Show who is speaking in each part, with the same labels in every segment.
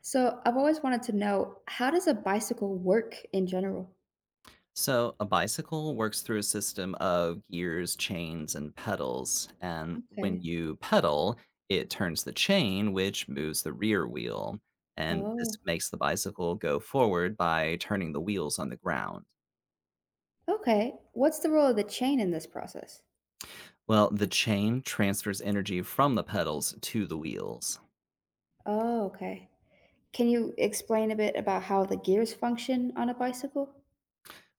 Speaker 1: So I've always wanted to know, how does a bicycle work in general?
Speaker 2: So, a bicycle works through a system of gears, chains, and pedals. And when
Speaker 1: Okay.
Speaker 2: you pedal, it turns the chain, which moves the rear wheel. And this
Speaker 1: Oh,
Speaker 2: makes the bicycle go forward by turning the wheels on the ground.
Speaker 1: okay. What's the role of the chain in this process?
Speaker 2: Well, the chain transfers energy from the pedals to the wheels.
Speaker 1: Oh, okay. Can you explain a bit about how the gears function on a bicycle?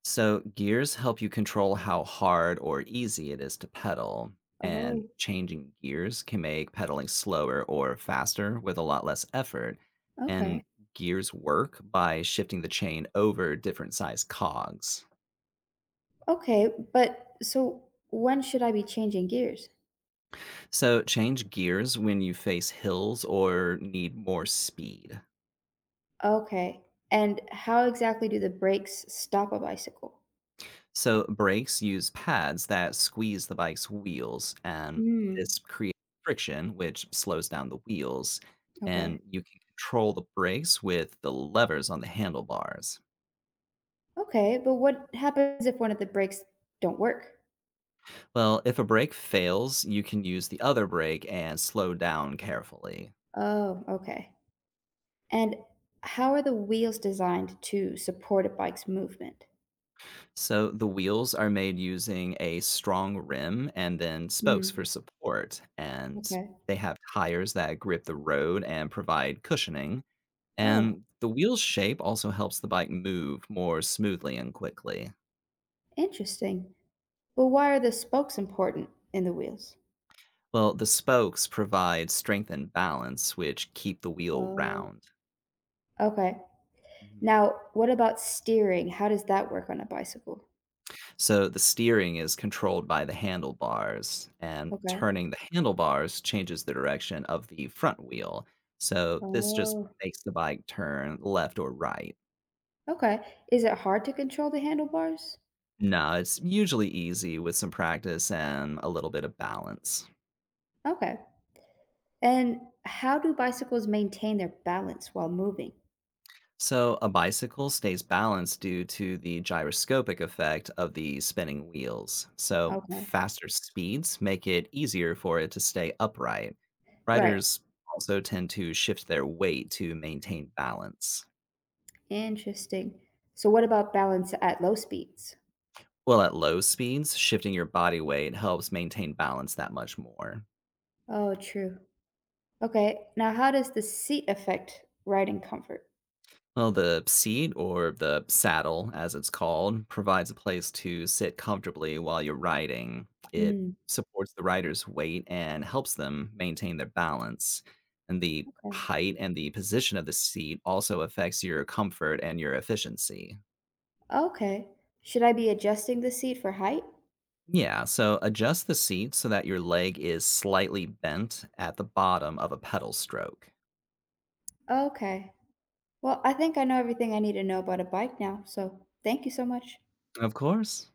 Speaker 2: So, gears help you control how hard or easy it is to pedal, and
Speaker 1: Oh,
Speaker 2: changing gears can make pedaling slower or faster with a lot less effort. And
Speaker 1: okay.
Speaker 2: gears work by shifting the chain over different size cogs.
Speaker 1: Okay, but so when should I be changing gears?
Speaker 2: So, change gears when you face hills or need more speed.
Speaker 1: Okay. And how exactly do the brakes stop a bicycle?
Speaker 2: So brakes use pads that squeeze the bike's wheels, and
Speaker 1: Hmm.
Speaker 2: this creates friction, which slows down the wheels. And
Speaker 1: Okay.
Speaker 2: you can control the brakes with the levers on the handlebars.
Speaker 1: Okay, but what happens if one of the brakes don't work?
Speaker 2: Well, if a brake fails, you can use the other brake and slow down carefully.
Speaker 1: Oh, okay. And how are the wheels designed to support a bike's movement?
Speaker 2: So the wheels are made using a strong rim and then spokes
Speaker 1: Hmm,
Speaker 2: for support, and
Speaker 1: okay.
Speaker 2: they have tires that grip the road and provide cushioning.
Speaker 1: Oh,
Speaker 2: And the wheel's shape also helps the bike move more smoothly and quickly.
Speaker 1: interesting. But why are the spokes important in the wheels?
Speaker 2: Well, the spokes provide strength and balance, which keep the wheel
Speaker 1: Oh,
Speaker 2: round.
Speaker 1: okay.
Speaker 2: Mhm.
Speaker 1: Now, what about steering? How does that work on a bicycle?
Speaker 2: So the steering is controlled by the handlebars, and
Speaker 1: Okay.
Speaker 2: turning the handlebars changes the direction of the front wheel. So this just
Speaker 1: Oh,
Speaker 2: makes the bike turn left or right.
Speaker 1: okay. Is it hard to control the handlebars?
Speaker 2: No, it's usually easy with some practice and a little bit of balance.
Speaker 1: Okay. And how do bicycles maintain their balance while moving?
Speaker 2: So, a bicycle stays balanced due to the gyroscopic effect of the spinning wheels. So,
Speaker 1: Okay.
Speaker 2: faster speeds make it easier for it to stay upright.
Speaker 1: Right.
Speaker 2: Riders also tend to shift their weight to maintain balance.
Speaker 1: Interesting. So, what about balance at low speeds?
Speaker 2: Well, at low speeds, shifting your body weight helps maintain balance that much more.
Speaker 1: Oh, true. Okay, now how does the seat affect riding comfort?
Speaker 2: Well, the seat, or the saddle as it's called, provides a place to sit comfortably while you're riding. It
Speaker 1: Mm,
Speaker 2: supports the rider's weight and helps them maintain their balance. And the
Speaker 1: okay.
Speaker 2: height and the position of the seat also affects your comfort and your efficiency.
Speaker 1: Okay. Should I be adjusting the seat for height?
Speaker 2: Yeah, so adjust the seat so that your leg is slightly bent at the bottom of a pedal stroke.
Speaker 1: Okay. Well, I think I know everything I need to know about a bike now, so thank you so much.
Speaker 2: Of course.